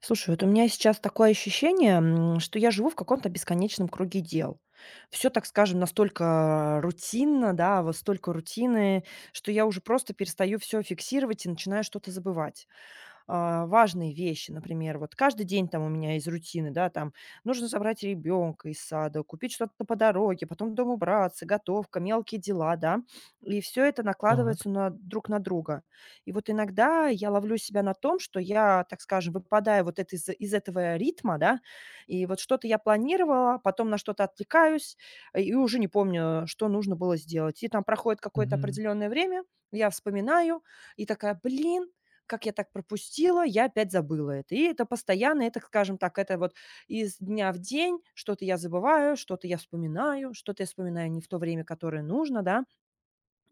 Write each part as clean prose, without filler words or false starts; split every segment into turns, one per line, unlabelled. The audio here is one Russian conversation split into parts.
Слушай, вот у меня сейчас такое ощущение, что я живу в каком-то бесконечном круге дел. Все, так скажем, настолько рутинно, да, вот столько рутины, что я уже просто перестаю все фиксировать и начинаю что-то забывать важные вещи. Например, вот каждый день там у меня из рутины, да, там нужно забрать ребенка из сада, купить что-то по дороге, потом дома убраться, готовка, мелкие дела, да. И все это
Так,
накладывается друг на друга. И вот иногда я ловлю себя на том, что я, так скажем, выпадаю вот это из этого ритма, да, и вот что-то я планировала, потом на что-то отвлекаюсь, и уже не помню, что нужно было сделать. И там проходит какое-то
мгм,
определенное время, я вспоминаю, и такая, блин, как я так пропустила, я опять забыла это. И это постоянно, это, скажем так, это вот из дня в день что-то я забываю, что-то я вспоминаю не в то время, которое нужно, да.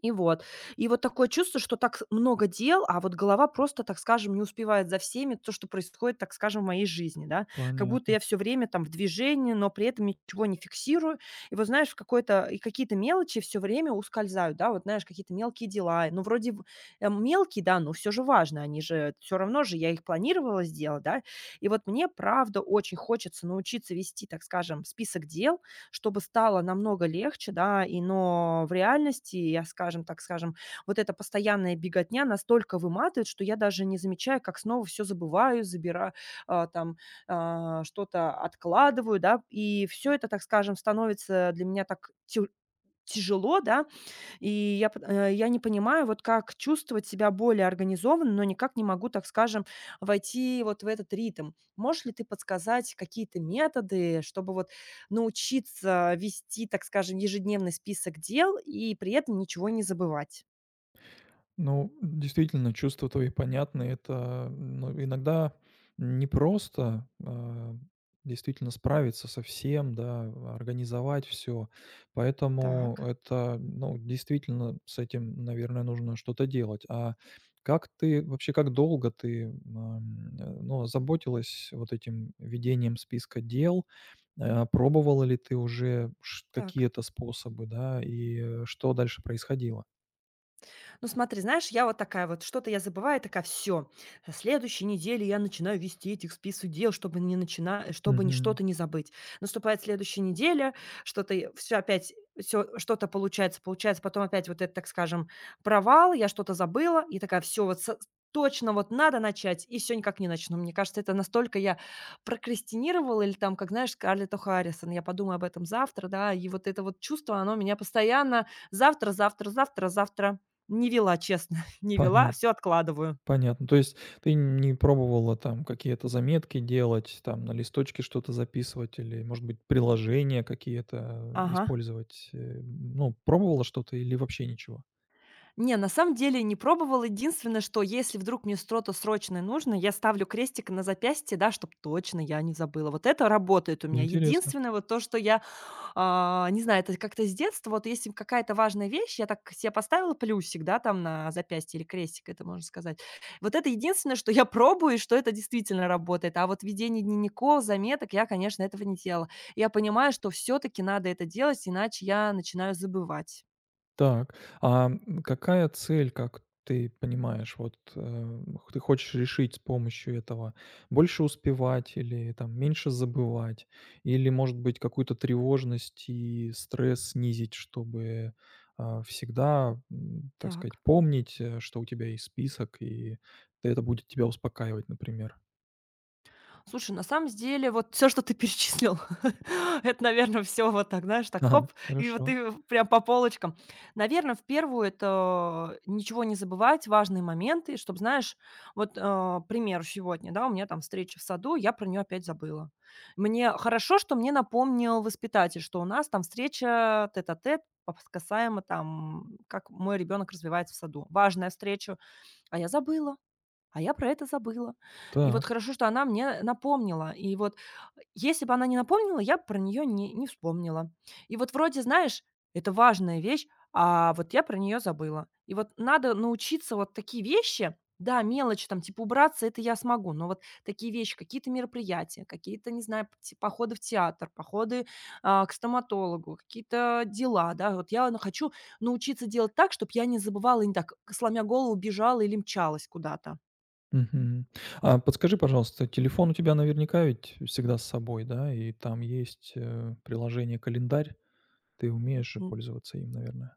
И вот. И вот такое чувство, что так много дел, а вот голова просто, так скажем, не успевает за всеми, то, что происходит, так скажем, в моей жизни, да. Как будто
понятно.
я все время там в движении, но при этом ничего не фиксирую. И вот знаешь, и какие-то мелочи все время ускользают, да, вот знаешь, какие-то мелкие дела. Ну, вроде мелкие, да, но все же важно, они же, все равно же я их планировала сделать, да. И вот мне, правда, очень хочется научиться вести, так скажем, список дел, чтобы стало намного легче, да. Но в реальности, я, скажем так, вот эта постоянная беготня настолько выматывает, что я даже не замечаю, как снова все забываю, забираю, там, что-то откладываю, да. И все это, так скажем, становится для меня так тю тяжело, да, и я не понимаю, вот как чувствовать себя более организованно, но никак не могу, так скажем, войти вот в этот ритм. Можешь ли ты подсказать какие-то методы, чтобы вот научиться вести, так скажем, ежедневный список дел и при этом ничего не забывать?
Ну, действительно, чувства твои понятны. Это, ну, иногда непросто, действительно справиться со всем, да, организовать все. Поэтому
Так,
это, ну, действительно, с этим, наверное, нужно что-то делать. А как ты, вообще, как долго ты, ну, заботилась вот этим ведением списка дел? Пробовала ли ты уже
так.
какие-то способы, да, и что дальше происходило?
Ну, смотри, знаешь, я вот такая вот, что-то я забываю, такая, все, со следующей недели я начинаю вести этих список дел, чтобы не начина, чтобы не,
Мгм.
что-то не забыть. Наступает следующая неделя, что-то, все опять, все, что-то получается, получается, потом опять вот это, так скажем, провал, я что-то забыла, и такая, все, вот точно вот надо начать, и все никак не начну. Мне кажется, это настолько я прокрастинировала, или там, как знаешь, Скарлетт О'Харрисон, я подумаю об этом завтра, да, и вот это вот чувство, оно меня постоянно завтра, завтра, завтра, завтра. Не вела, честно, не вела,
Понятно.
все откладываю.
Понятно. То есть ты не пробовала там какие-то заметки делать, там на листочке что-то записывать или, может быть, приложения какие-то
Ага.
использовать? Ну, пробовала что-то или вообще ничего?
Не, на самом деле не пробовала. Единственное, что если вдруг мне что-то срочное нужно, я ставлю крестик на запястье, да, чтобы точно я не забыла. Вот это работает у меня.
Интересно.
Единственное, вот то, что я не знаю, это как-то с детства. Вот если какая-то важная вещь, я так себе поставила плюсик, да, там на запястье или крестик, это можно сказать. Вот это единственное, что я пробую, и что это действительно работает. А вот ведение дневников, заметок, я, конечно, этого не делала. Я понимаю, что все-таки надо это делать, иначе я начинаю забывать.
Так, какая цель, как ты понимаешь, вот, э, х ты хочешь решить с помощью этого? Больше успевать или там меньше забывать? Или, может быть, какую-то тревожность и стресс снизить, чтобы, всегда, так сказать,
Так.
помнить, что у тебя есть список, и это будет тебя успокаивать, например?
Слушай, на самом деле, вот все, что ты перечислил, это, наверное, все вот так, знаешь, так
Ага,
хоп, и вот
хорошо.
ты прям по полочкам. Наверное, в первую это ничего не забывать, важные моменты, чтобы знаешь, вот, к примеру, сегодня, да, у меня там встреча в саду, я про нее опять забыла. Мне хорошо, что мне напомнил воспитатель, что у нас там встреча тет-а-тет пос касаемо там, как мой ребенок развивается в саду. Важная встреча, а я забыла. А я про это забыла. И вот
Так.
хорошо, что она мне напомнила. И вот если бы она не напомнила, я б про нее не вспомнила. И вот вроде, знаешь, это важная вещь, а вот я про нее забыла. И вот надо научиться вот такие вещи да, мелочи там, типа убраться- это я смогу, но вот такие вещи, какие-то мероприятия, какие-то, не знаю, пти походы в театр, походы, к стоматологу, какие-то дела, да. Вот я, ну, хочу научиться делать так, чтобы я не забывала и не так, сломя голову, бежала или мчалась куда-то.
Мгм. А подскажи, пожалуйста, телефон у тебя наверняка ведь всегда с собой, да? И там есть, приложение "Календарь". Ты умеешь же
М,
пользоваться им, наверное?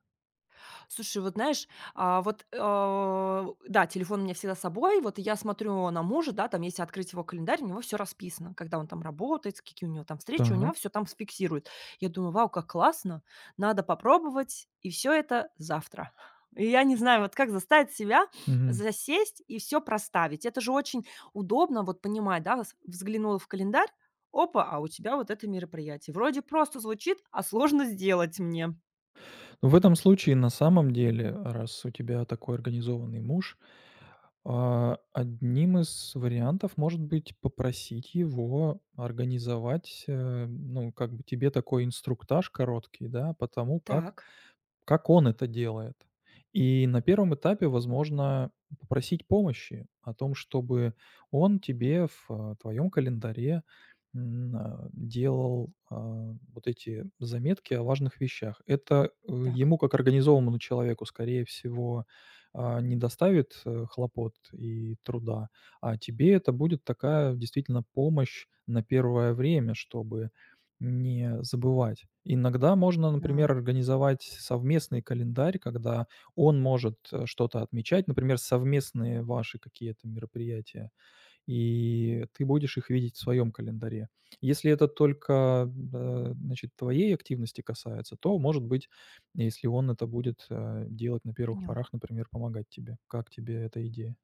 слушай, вот знаешь, вот, да, телефон у меня всегда с собой. Вот и я смотрю на мужа, да, там, если открыть его календарь, у него все расписано, когда он там работает, какие у него там встречи, у
Так.
него все там сфиксирует. Я думаю: "Вау, как классно, надо попробовать, и все это завтра". И я не знаю, вот как заставить себя
Мгм.
засесть и все проставить. Это же очень удобно вот понимать, да, вс взглянула в календарь, опа, а у тебя вот это мероприятие. Вроде просто звучит, а сложно сделать мне.
Ну, в этом случае, на самом деле, раз у тебя такой организованный муж, одним из вариантов может быть попросить его организовать, ну, как бы тебе такой инструктаж короткий, да, по тому, как
Так,
Как он это делает? И на первом этапе, возможно, попросить помощи о том, чтобы он тебе в, твоем календаре, делал, вот эти заметки о важных вещах. Это,
так.
ему как организованному человеку, скорее всего, не доставит, хлопот и труда, а тебе это будет такая действительно помощь на первое время, чтобы не забывать. Иногда можно,
Да,
например, организовать совместный календарь, когда он может, что-то отмечать, например, совместные ваши какие-то мероприятия, и ты будешь их видеть в своем календаре. Если это только, значит, твоей активности касается, то, может быть, если он это будет, делать на первых
поняла.
порах, например, помогать тебе. Как тебе эта идея?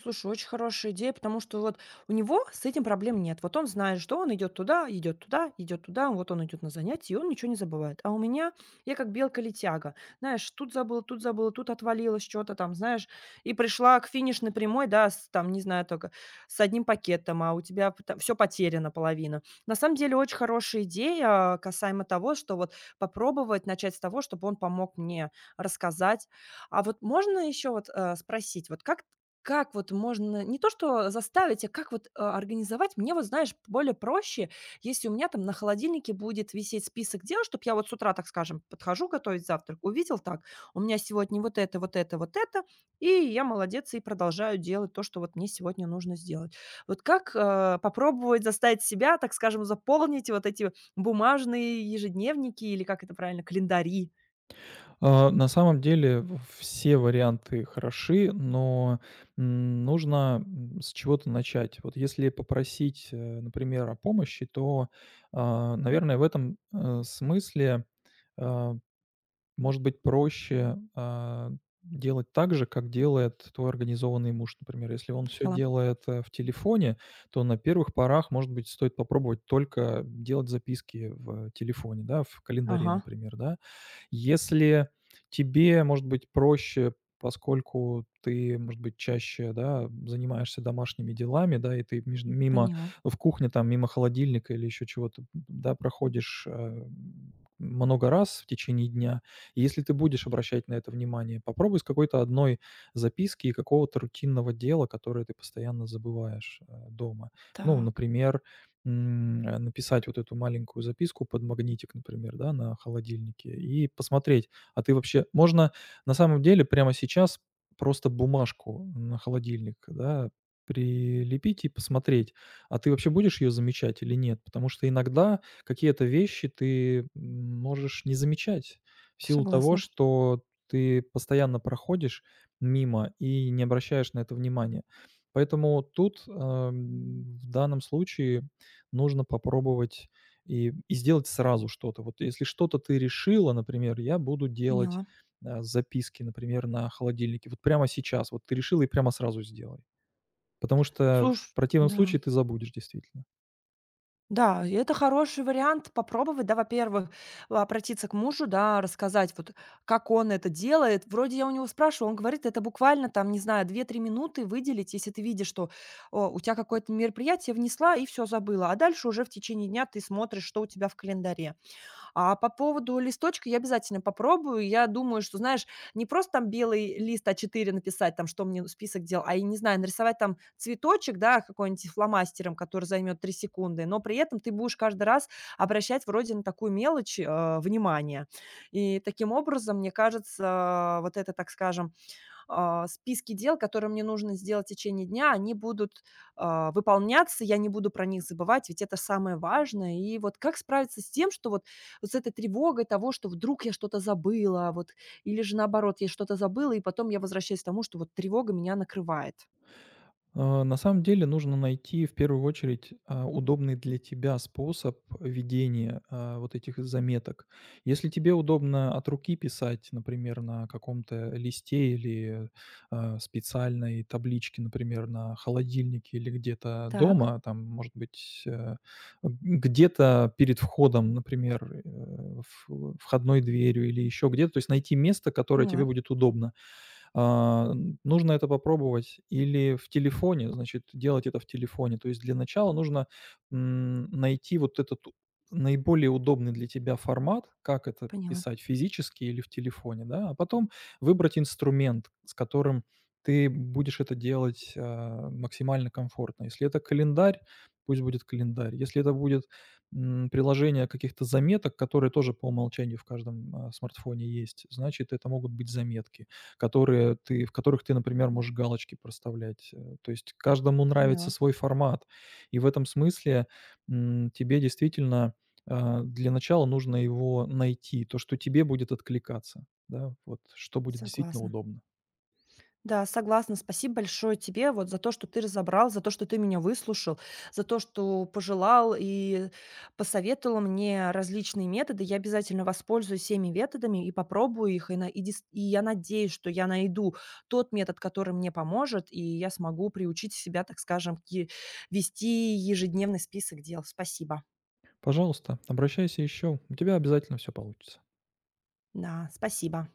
Слушай, очень хорошая идея, потому что вот у него с этим проблем нет. Вот он знает, что он идет туда, идет туда, идет туда, вот он идет на занятия, и он ничего не забывает. А у меня я как белка-летяга. Знаешь, тут забыла, тут забыла, тут отвалилось что-то там, знаешь, и пришла к финишной прямой, да, там, не знаю, только с одним пакетом, а у тебя все потеряно половина. На самом деле очень хорошая идея касаемо того, что вот попробовать начать с того, чтобы он помог мне рассказать. А вот можно еще вот спросить, вот как вот можно не то что заставить, а как вот, организовать? Мне вот, знаешь, более проще, если у меня там на холодильнике будет висеть список дел, чтобы я вот с утра, так скажем, подхожу готовить завтрак, увидел так: у меня сегодня вот это, вот это, вот это, и я молодец, и продолжаю делать то, что вот мне сегодня нужно сделать. Вот как, попробовать заставить себя, так скажем, заполнить вот эти бумажные ежедневники или как это правильно, календари?
На самом деле все варианты хороши, но, нужно, с чего-то начать. Вот если попросить, например, о помощи, то, наверное, в этом, смысле, а, может быть, проще, делать так же, как делает твой организованный муж, например. Если он все
Поняла.
делает, в телефоне, то на первых порах, может быть, стоит попробовать только делать записки в телефоне, да, в календаре,
Ага,
например, да. Если тебе, может быть, проще, поскольку ты, может быть, чаще, да, занимаешься домашними делами, да, и ты меж мимо
поняла.
в кухне, там, мимо холодильника или еще чего-то, да, проходишь, много раз в течение дня, и если ты будешь обращать на это внимание, попробуй с какой-то одной записки и какого-то рутинного дела, которое ты постоянно забываешь, дома. Ну,
Так,
например, написать вот эту маленькую записку под магнитик, например, да, на холодильнике и посмотреть, а ты вообще можно на самом деле прямо сейчас просто бумажку на холодильник, да, прилепить и посмотреть, а ты вообще будешь ее замечать или нет? Потому что иногда какие-то вещи ты, можешь не замечать в силу того,
согласна,
что ты постоянно проходишь мимо и не обращаешь на это внимания. Поэтому тут, в данном случае нужно попробовать и сделать сразу что-то. Вот если что-то ты решила, например, я буду делать,
поняла.
записки, например, на холодильнике. Вот прямо сейчас. Вот ты решила и прямо сразу сделай. Потому что
Слуш
в противном
да,
случае ты забудешь действительно.
да, и это хороший вариант попробовать, да, во-первых, обратиться к мужу, да, рассказать, вот как он это делает. Вроде я у него спрашивала, он говорит, это буквально там, не знаю, 2-3 минуты выделить, если ты видишь, что, о, у тебя какое-то мероприятие внесла и все забыла, а дальше уже в течение дня ты смотришь, что у тебя в календаре. А по поводу листочка я обязательно попробую. Я думаю, что, знаешь, не просто там белый лист А4 написать, там, что мне список дел, я не знаю, нарисовать там цветочек, да, какой-нибудь фломастером, который займет 3 секунды, но при этом ты будешь каждый раз обращать вроде на такую мелочь, внимание. И таким образом, мне кажется, вот это, так скажем, списки дел, которые мне нужно сделать в течение дня, они будут, выполняться, я не буду про них забывать, ведь это самое важное. И вот как справиться с тем, что вот с этой тревогой того, что вдруг я что-то забыла, вот, или же наоборот, я что-то забыла, и потом я возвращаюсь к тому, что вот тревога меня накрывает.
На самом деле нужно найти в первую очередь, удобный для тебя способ ведения, вот этих заметок. Если тебе удобно от руки писать, например, на каком-то листе или, специальной табличке, например, на холодильнике или где-то
Так,
дома, там, может быть, где-то перед входом, например, э, в входной дверью или еще где-то, то есть найти место, которое тебе
поняла,
будет удобно. А, Нужно это попробовать или в телефоне, значит, делать это в телефоне. То есть для начала нужно, найти вот этот наиболее удобный для тебя формат, как это
поняла,
писать физически или в телефоне, да, а потом выбрать инструмент, с которым ты будешь это делать, максимально комфортно. Если это календарь, пусть будет календарь. Если это будет, приложение каких-то заметок, которые тоже по умолчанию в каждом, смартфоне есть, значит, это могут быть заметки которые ты в которых ты, например, можешь галочки проставлять. То есть каждому нравится
поняла.
свой формат. И в этом смысле, тебе действительно, для начала нужно его найти, то, что тебе будет откликаться, да, вот что будет действительно
Согласна.
удобно.
Да, согласна. Спасибо большое тебе вот за то, что ты разобрал, за то, что ты меня выслушал, за то, что пожелал и посоветовал мне различные методы. Я обязательно воспользуюсь всеми методами и попробую их. И я надеюсь, что я найду тот метод, который мне поможет, и я смогу приучить себя, так скажем, вести ежедневный список дел. Спасибо.
Пожалуйста, обращайся еще, у тебя обязательно все получится.
Да, спасибо.